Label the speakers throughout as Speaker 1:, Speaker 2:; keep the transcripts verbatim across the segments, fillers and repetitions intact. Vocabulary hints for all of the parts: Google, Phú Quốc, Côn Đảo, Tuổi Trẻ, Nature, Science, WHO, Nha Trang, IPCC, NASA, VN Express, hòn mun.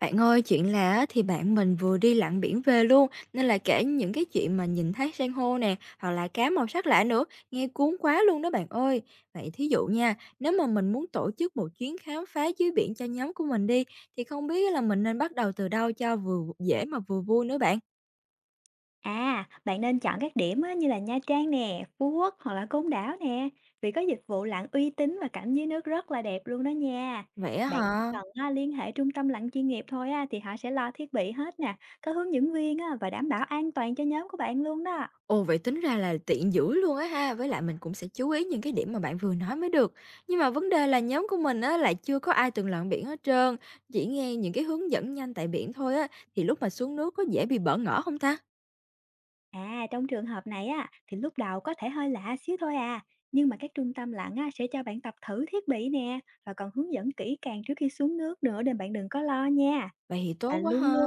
Speaker 1: Bạn ơi, chuyện là á thì bạn mình vừa đi lặn biển về luôn, nên là kể những cái chuyện mà nhìn thấy san hô nè, hoặc là cá màu sắc lạ nữa, nghe cuốn quá luôn đó bạn ơi. Vậy thí dụ nha, nếu mà mình muốn tổ chức một chuyến khám phá dưới biển cho nhóm của mình đi, thì không biết là mình nên bắt đầu từ đâu cho vừa dễ mà vừa vui nữa bạn?
Speaker 2: À, bạn nên chọn các điểm á, như là Nha Trang nè, Phú Quốc hoặc là Côn Đảo nè, vì có dịch vụ lặn uy tín và cảnh dưới nước rất là đẹp luôn đó nha.
Speaker 1: Vậy á
Speaker 2: Bạn chỉ
Speaker 1: hả?
Speaker 2: cần á, liên hệ trung tâm lặn chuyên nghiệp thôi á, thì họ sẽ lo thiết bị hết nè, có hướng dẫn viên á, và đảm bảo an toàn cho nhóm của bạn luôn đó.
Speaker 1: Ồ, vậy tính ra là tiện dữ luôn á ha, với lại mình cũng sẽ chú ý những cái điểm mà bạn vừa nói mới được. Nhưng mà vấn đề là nhóm của mình á lại chưa có ai từng lặn biển hết trơn, chỉ nghe những cái hướng dẫn nhanh tại biển thôi á, thì lúc mà xuống nước có dễ bị bỡ ngỡ không ta?
Speaker 2: À, trong trường hợp này á, thì lúc đầu có thể hơi lạ xíu thôi à, nhưng mà các trung tâm lặn á, sẽ cho bạn tập thử thiết bị nè, và còn hướng dẫn kỹ càng trước khi xuống nước nữa nên bạn đừng có lo nha.
Speaker 1: Vậy thì
Speaker 2: Và
Speaker 1: tốt quá
Speaker 2: luôn
Speaker 1: ha.
Speaker 2: luôn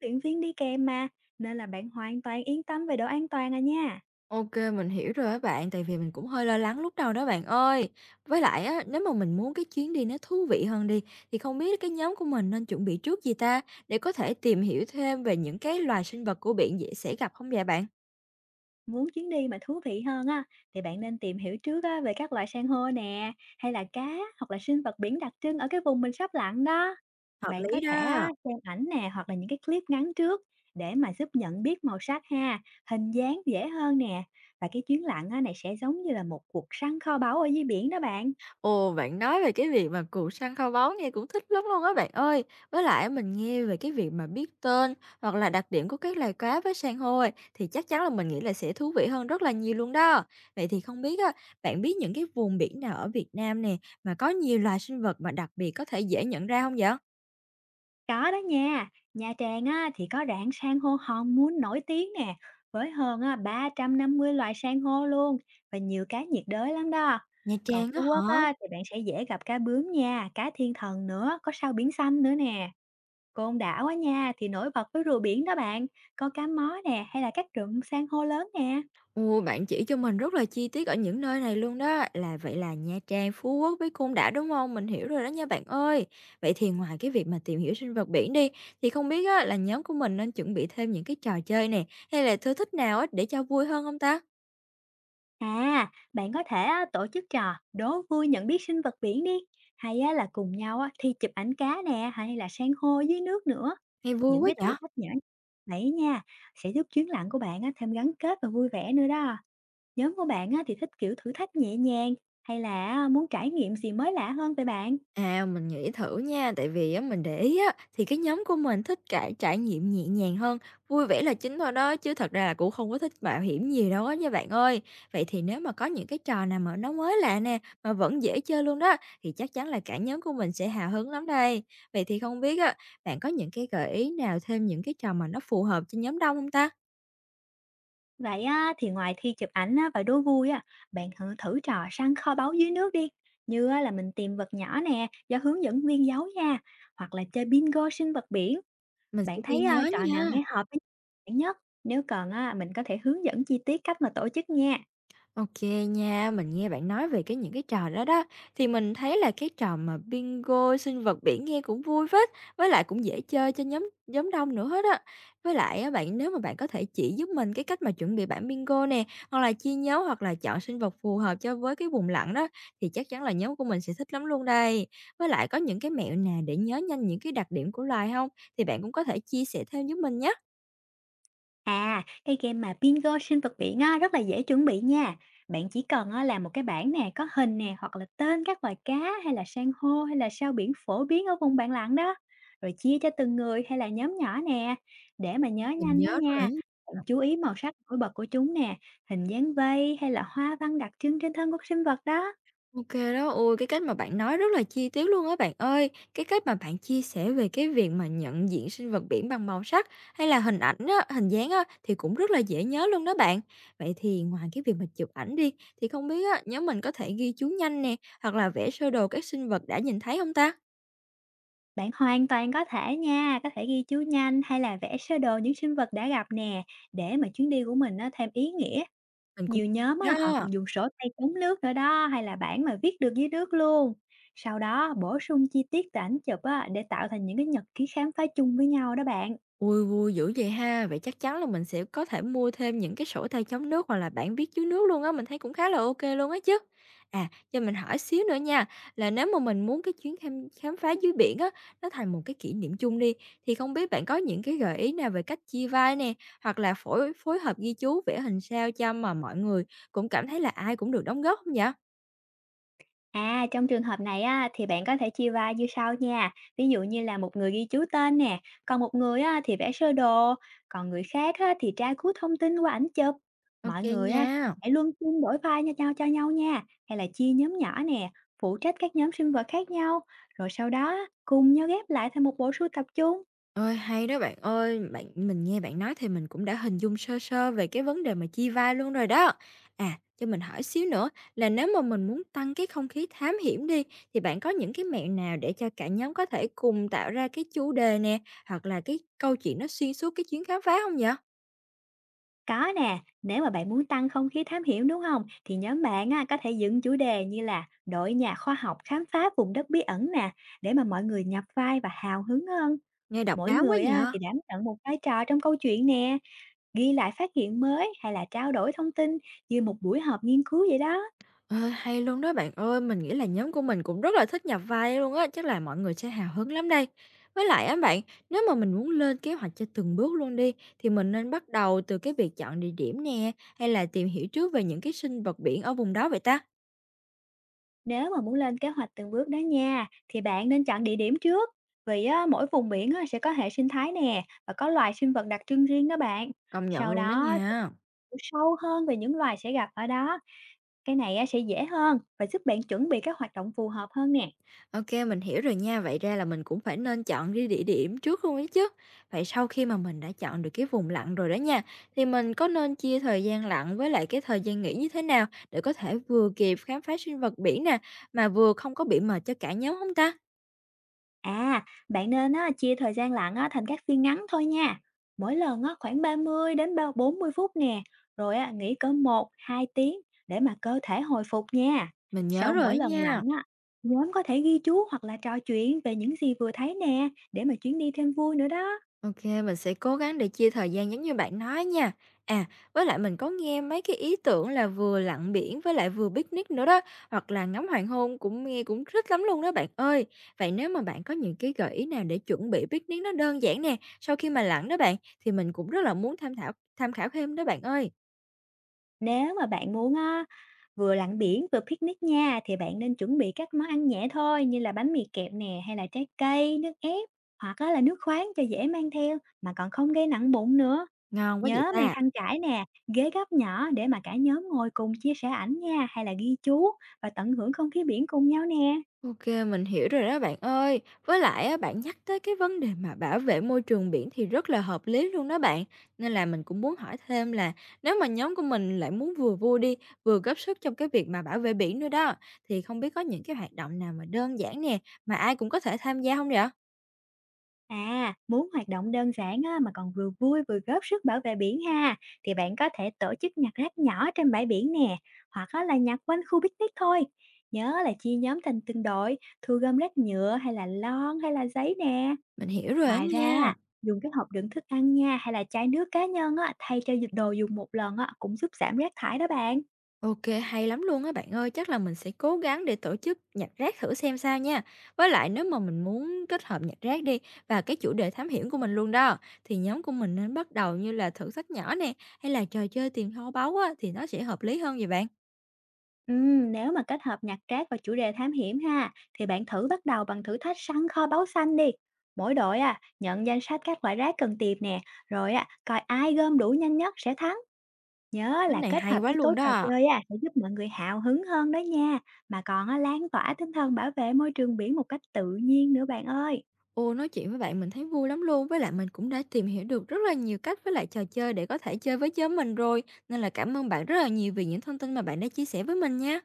Speaker 2: Luyện viên đi kèm mà, nên là bạn hoàn toàn yên tâm về độ an toàn à nha.
Speaker 1: Ok, mình hiểu rồi á bạn, tại vì mình cũng hơi lo lắng lúc đầu đó bạn ơi. Với lại á, nếu mà mình muốn cái chuyến đi nó thú vị hơn đi, thì không biết cái nhóm của mình nên chuẩn bị trước gì ta, để có thể tìm hiểu thêm về những cái loài sinh vật của biển dễ sẽ gặp không vậy bạn?
Speaker 2: Muốn chuyến đi mà thú vị hơn á, thì bạn nên tìm hiểu trước á, về các loại san hô nè, hay là cá hoặc là sinh vật biển đặc trưng ở cái vùng mình sắp lặn đó.
Speaker 1: Hợp
Speaker 2: Bạn có
Speaker 1: lý
Speaker 2: thể á,
Speaker 1: đó.
Speaker 2: xem ảnh nè hoặc là những cái clip ngắn trước để mà giúp nhận biết màu sắc ha, hình dáng dễ hơn nè. Và cái chuyến lặn á, này sẽ giống như là một cuộc săn kho báu ở dưới biển đó bạn.
Speaker 1: Ồ, bạn nói về cái việc mà cù săn kho báu nghe cũng thích lắm luôn á bạn ơi. Với lại mình nghe về cái việc mà biết tên hoặc là đặc điểm của các loài cá với san hô ấy, thì chắc chắn là mình nghĩ là sẽ thú vị hơn rất là nhiều luôn đó. Vậy thì không biết á, bạn biết những cái vùng biển nào ở Việt Nam nè mà có nhiều loài sinh vật mà đặc biệt có thể dễ nhận ra không vậy?
Speaker 2: Có đó nha, Nha Trang á, thì có rạn san hô Hòn Mun nổi tiếng nè, với hơn á, ba trăm năm mươi loài san hô luôn và nhiều cá nhiệt đới lắm đó.
Speaker 1: Nha
Speaker 2: Còn
Speaker 1: Trang
Speaker 2: Phú
Speaker 1: đó hả?
Speaker 2: Quốc á, thì bạn sẽ dễ gặp cá bướm nha, cá thiên thần nữa, có sao biển xanh nữa nè. Côn Đảo á nha thì nổi bật với rùa biển đó bạn, có cá mó nè hay là các rụng san hô lớn nè.
Speaker 1: Ồ, bạn chỉ cho mình rất là chi tiết ở những nơi này luôn đó. Là vậy là Nha Trang, Phú Quốc với Côn Đảo đúng không? Mình hiểu rồi đó nha bạn ơi. Vậy thì ngoài cái việc mà tìm hiểu sinh vật biển đi, thì không biết á là nhóm của mình nên chuẩn bị thêm những cái trò chơi nè, hay là thưa thích nào á để cho vui hơn không ta?
Speaker 2: À, bạn có thể á, tổ chức trò đố vui nhận biết sinh vật biển đi, hay á, là cùng nhau á, thi chụp ảnh cá nè, hay là san hô dưới nước nữa.
Speaker 1: Nghe vui
Speaker 2: Những
Speaker 1: quá
Speaker 2: cái thử
Speaker 1: nhỉ?
Speaker 2: thách nhỏ vậy nha, sẽ giúp chuyến lặn của bạn á, thêm gắn kết và vui vẻ nữa đó. Nhóm của bạn á, thì thích kiểu thử thách nhẹ nhàng, hay là muốn trải nghiệm gì mới lạ hơn về bạn?
Speaker 1: À, mình nghĩ thử nha, tại vì á mình để ý á thì cái nhóm của mình thích trải trải nghiệm nhẹ nhàng hơn, vui vẻ là chính thôi đó chứ thật ra là cũng không có thích mạo hiểm gì đâu á nha bạn ơi. Vậy thì nếu mà có những cái trò nào mà nó mới lạ nè mà vẫn dễ chơi luôn đó thì chắc chắn là cả nhóm của mình sẽ hào hứng lắm đây. Vậy thì không biết á, bạn có những cái gợi ý nào thêm những cái trò mà nó phù hợp cho nhóm đông không ta?
Speaker 2: Vậy á, thì ngoài thi chụp ảnh á, và đố vui á, bạn thử thử trò săn kho báu dưới nước đi. Như á, là mình tìm vật nhỏ nè, do hướng dẫn viên giấu nha. Hoặc là chơi bingo sinh vật biển.
Speaker 1: Mình sẽ
Speaker 2: Bạn
Speaker 1: ghi
Speaker 2: thấy à,
Speaker 1: nhớ
Speaker 2: trò nào
Speaker 1: nha.
Speaker 2: nghe hợp với bạn nhất? Nếu cần á, mình có thể hướng dẫn chi tiết cách mà tổ chức nha.
Speaker 1: OK nha, mình nghe bạn nói về cái những cái trò đó đó, thì mình thấy là cái trò mà bingo sinh vật biển nghe cũng vui phết, với lại cũng dễ chơi cho nhóm nhóm đông nữa hết á. Với lại á bạn, nếu mà bạn có thể chỉ giúp mình cái cách mà chuẩn bị bảng bingo nè, hoặc là chia nhóm hoặc là chọn sinh vật phù hợp cho với cái vùng lặn đó, thì chắc chắn là nhóm của mình sẽ thích lắm luôn đây. Với lại có những cái mẹo nào để nhớ nhanh những cái đặc điểm của loài không, Thì bạn cũng có thể chia sẻ thêm giúp mình nhé.
Speaker 2: À, cái game mà bingo sinh vật biển á, rất là dễ chuẩn bị nha. Bạn chỉ cần á, làm một cái bảng nè, có hình nè, hoặc là tên các loài cá hay là san hô hay là sao biển phổ biến ở vùng bạn lặn đó. Rồi chia cho từng người hay là nhóm nhỏ nè. Để mà nhớ
Speaker 1: Mình
Speaker 2: nhanh đó
Speaker 1: nhớ rồi
Speaker 2: nha.
Speaker 1: đó.
Speaker 2: Bạn chú ý màu sắc nổi bật của chúng nè, hình dáng vây hay là hoa văn đặc trưng trên thân của sinh vật đó.
Speaker 1: OK đó. Ôi, cái cách mà bạn nói rất là chi tiết luôn á bạn ơi. Cái cách mà bạn chia sẻ về cái việc mà nhận diện sinh vật biển bằng màu sắc hay là hình ảnh á, hình dáng á, thì cũng rất là dễ nhớ luôn đó bạn. Vậy thì ngoài cái việc mà chụp ảnh đi, thì không biết á, nhóm mình có thể ghi chú nhanh nè, hoặc là vẽ sơ đồ các sinh vật đã nhìn thấy không ta?
Speaker 2: Bạn hoàn toàn có thể nha, có thể ghi chú nhanh hay là vẽ sơ đồ những sinh vật đã gặp nè, để mà chuyến đi của mình nó thêm ý nghĩa.
Speaker 1: Mình cũng
Speaker 2: Nhiều nhóm á, họ
Speaker 1: đó.
Speaker 2: còn dùng sổ tay chống nước nữa đó, hay là bảng mà viết được dưới nước luôn. Sau đó bổ sung chi tiết từ ảnh chụp á, để tạo thành những cái nhật ký khám phá chung với nhau đó bạn.
Speaker 1: ui vui dữ vậy ha! Vậy chắc chắn là mình sẽ có thể mua thêm những cái sổ tay chống nước hoặc là bảng viết chú nước luôn á, mình thấy cũng khá là ok luôn á chứ. À, cho mình hỏi xíu nữa nha, là nếu mà mình muốn cái chuyến khám khám phá dưới biển á, nó thành một cái kỷ niệm chung đi, thì không biết bạn có những cái gợi ý nào về cách chia vai nè, hoặc là phối phối hợp ghi chú, vẽ hình sao cho mà mọi người cũng cảm thấy là ai cũng được đóng góp không vậy?
Speaker 2: À, trong trường hợp này á, thì bạn có thể chia vai như sau nha. Ví dụ như là một người ghi chú tên nè, còn một người á, thì vẽ sơ đồ, còn người khác á, thì tra cứu thông tin qua ảnh chụp.
Speaker 1: ok
Speaker 2: Mọi người á,
Speaker 1: nha.
Speaker 2: hãy luân phiên đổi vai cho nhau cho nhau nha. Hay là chia nhóm nhỏ nè, phụ trách các nhóm sinh vật khác nhau. Rồi sau đó á, cùng nhau ghép lại thành một bộ sưu tập chung.
Speaker 1: Ôi, hay đó bạn ơi, bạn mình nghe bạn nói thì mình cũng đã hình dung sơ sơ về cái vấn đề mà chia vai luôn rồi đó. À, cho mình hỏi xíu nữa, là nếu mà mình muốn tăng cái không khí thám hiểm đi thì bạn có những cái mẹo nào để cho cả nhóm có thể cùng tạo ra cái chủ đề nè, hoặc là cái câu chuyện nó xuyên suốt cái chuyến khám phá không nhở?
Speaker 2: Có nè, nếu mà bạn muốn tăng không khí thám hiểm đúng không? Thì nhóm bạn á, có thể dựng chủ đề như là đội nhà khoa học khám phá vùng đất bí ẩn nè, để mà mọi người nhập vai và hào hứng hơn.
Speaker 1: Nghe độc
Speaker 2: Mỗi
Speaker 1: đáo quá
Speaker 2: người á,
Speaker 1: nhở?
Speaker 2: thì đảm nhận một vai trò trong câu chuyện nè, ghi lại phát hiện mới hay là trao đổi thông tin như một buổi họp nghiên cứu vậy đó.
Speaker 1: Ờ, hay luôn đó bạn ơi, mình nghĩ là nhóm của mình cũng rất là thích nhập vai luôn á, chắc là mọi người sẽ hào hứng lắm đây. Với lại á bạn, nếu mà mình muốn lên kế hoạch cho từng bước luôn đi, thì mình nên bắt đầu từ cái việc chọn địa điểm nè, hay là tìm hiểu trước về những cái sinh vật biển ở vùng đó vậy ta?
Speaker 2: Nếu mà muốn lên kế hoạch từng bước đó nha, thì bạn nên chọn địa điểm trước. Vì á, mỗi vùng biển á, sẽ có hệ sinh thái nè và có loài sinh vật đặc trưng riêng đó bạn.
Speaker 1: Công nhận
Speaker 2: Sau
Speaker 1: luôn đó
Speaker 2: đó
Speaker 1: nha.
Speaker 2: hiểu sâu hơn về những loài sẽ gặp ở đó. Cái này á, sẽ dễ hơn và giúp bạn chuẩn bị các hoạt động phù hợp hơn nè.
Speaker 1: OK, mình hiểu rồi nha. Vậy ra là mình cũng phải nên chọn cái địa điểm trước luôn ấy chứ. Vậy sau khi mà mình đã chọn được cái vùng lặn rồi đó nha, thì mình có nên chia thời gian lặn với lại cái thời gian nghỉ như thế nào để có thể vừa kịp khám phá sinh vật biển nè, mà vừa không có bị mệt cho cả nhóm hông ta?
Speaker 2: À, bạn nên á, chia thời gian lặn á, thành các phiên ngắn thôi nha. Mỗi lần á, khoảng ba mươi đến ba- bốn mươi phút nè. Rồi á, nghỉ cỡ một hai tiếng để mà cơ thể hồi phục nha.
Speaker 1: Mình nhớ
Speaker 2: Sau
Speaker 1: rồi
Speaker 2: mỗi
Speaker 1: á
Speaker 2: lần lặn
Speaker 1: nha.
Speaker 2: á, nhóm có thể ghi chú hoặc là trò chuyện về những gì vừa thấy nè để mà chuyến đi thêm vui nữa đó.
Speaker 1: OK, mình sẽ cố gắng để chia thời gian giống như bạn nói nha. À, với lại mình có nghe mấy cái ý tưởng là vừa lặn biển với lại vừa picnic nữa đó, hoặc là ngắm hoàng hôn cũng nghe cũng thích lắm luôn đó bạn ơi. Vậy nếu mà bạn có những cái gợi ý nào để chuẩn bị picnic nó đơn giản nè, sau khi mà lặn đó bạn, thì mình cũng rất là muốn tham khảo tham khảo thêm đó bạn ơi.
Speaker 2: Nếu mà bạn muốn á, vừa lặn biển vừa picnic nha thì bạn nên chuẩn bị các món ăn nhẹ thôi như là bánh mì kẹp nè hay là trái cây, nước ép hoặc á là nước khoáng cho dễ mang theo mà còn không gây nặng bụng nữa.
Speaker 1: Ngon quá vậy
Speaker 2: Nhớ mang
Speaker 1: ta.
Speaker 2: khăn trải nè, ghế gấp nhỏ để mà cả nhóm ngồi cùng chia sẻ ảnh nha hay là ghi chú và tận hưởng không khí biển cùng nhau nè.
Speaker 1: Ok, mình hiểu rồi đó bạn ơi. Với lại á, bạn nhắc tới cái vấn đề mà bảo vệ môi trường biển thì rất là hợp lý luôn đó bạn. Nên là mình cũng muốn hỏi thêm là, nếu mà nhóm của mình lại muốn vừa vui đi, vừa góp sức trong cái việc mà bảo vệ biển nữa đó, thì không biết có những cái hoạt động nào mà đơn giản nè, mà ai cũng có thể tham gia không vậy?
Speaker 2: À, muốn hoạt động đơn giản á, mà còn vừa vui vừa góp sức bảo vệ biển ha, thì bạn có thể tổ chức nhặt rác nhỏ trên bãi biển nè, hoặc á, là nhặt quanh khu picnic thôi. Nhớ là chia nhóm thành từng đội, thu gom rác nhựa hay là lon hay là giấy nè.
Speaker 1: Mình hiểu rồi đó
Speaker 2: Ngoài ra,
Speaker 1: nha.
Speaker 2: dùng cái hộp đựng thức ăn nha hay là chai nước cá nhân á, thay cho đồ dùng một lần á, cũng giúp giảm rác thải đó bạn.
Speaker 1: OK, hay lắm luôn á bạn ơi. Chắc là mình sẽ cố gắng để tổ chức nhặt rác thử xem sao nha. Với lại nếu mà mình muốn kết hợp nhặt rác đi và cái chủ đề thám hiểm của mình luôn đó, thì nhóm của mình nên bắt đầu như là thử thách nhỏ nè, hay là trò chơi tìm kho báu á, thì nó sẽ hợp lý hơn vậy bạn.
Speaker 2: Ừm, nếu mà kết hợp nhạc trác và chủ đề thám hiểm ha, thì bạn thử bắt đầu bằng thử thách săn kho báu xanh đi. Mỗi đội à, nhận danh sách các loại rác cần tìm nè, rồi à, coi ai gom đủ nhanh nhất sẽ thắng. Nhớ
Speaker 1: Cái
Speaker 2: là
Speaker 1: này
Speaker 2: kết
Speaker 1: hay
Speaker 2: hợp
Speaker 1: quá
Speaker 2: yếu tố
Speaker 1: luôn
Speaker 2: trò
Speaker 1: đó.
Speaker 2: chơi à, sẽ giúp mọi người hào hứng hơn đó nha. Mà còn á, lan tỏa tinh thần bảo vệ môi trường biển một cách tự nhiên nữa bạn ơi.
Speaker 1: Ô, nói chuyện với bạn mình thấy vui lắm luôn. Với lại mình cũng đã tìm hiểu được rất là nhiều cách với lại trò chơi để có thể chơi với nhóm mình rồi. Nên là cảm ơn bạn rất là nhiều vì những thông tin mà bạn đã chia sẻ với mình nha.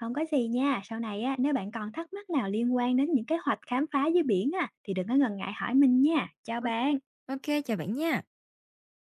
Speaker 2: Không có gì nha, sau này á, nếu bạn còn thắc mắc nào liên quan đến những kế hoạch khám phá dưới biển à, thì đừng có ngần ngại hỏi mình nha. Chào bạn.
Speaker 1: OK, chào bạn nha.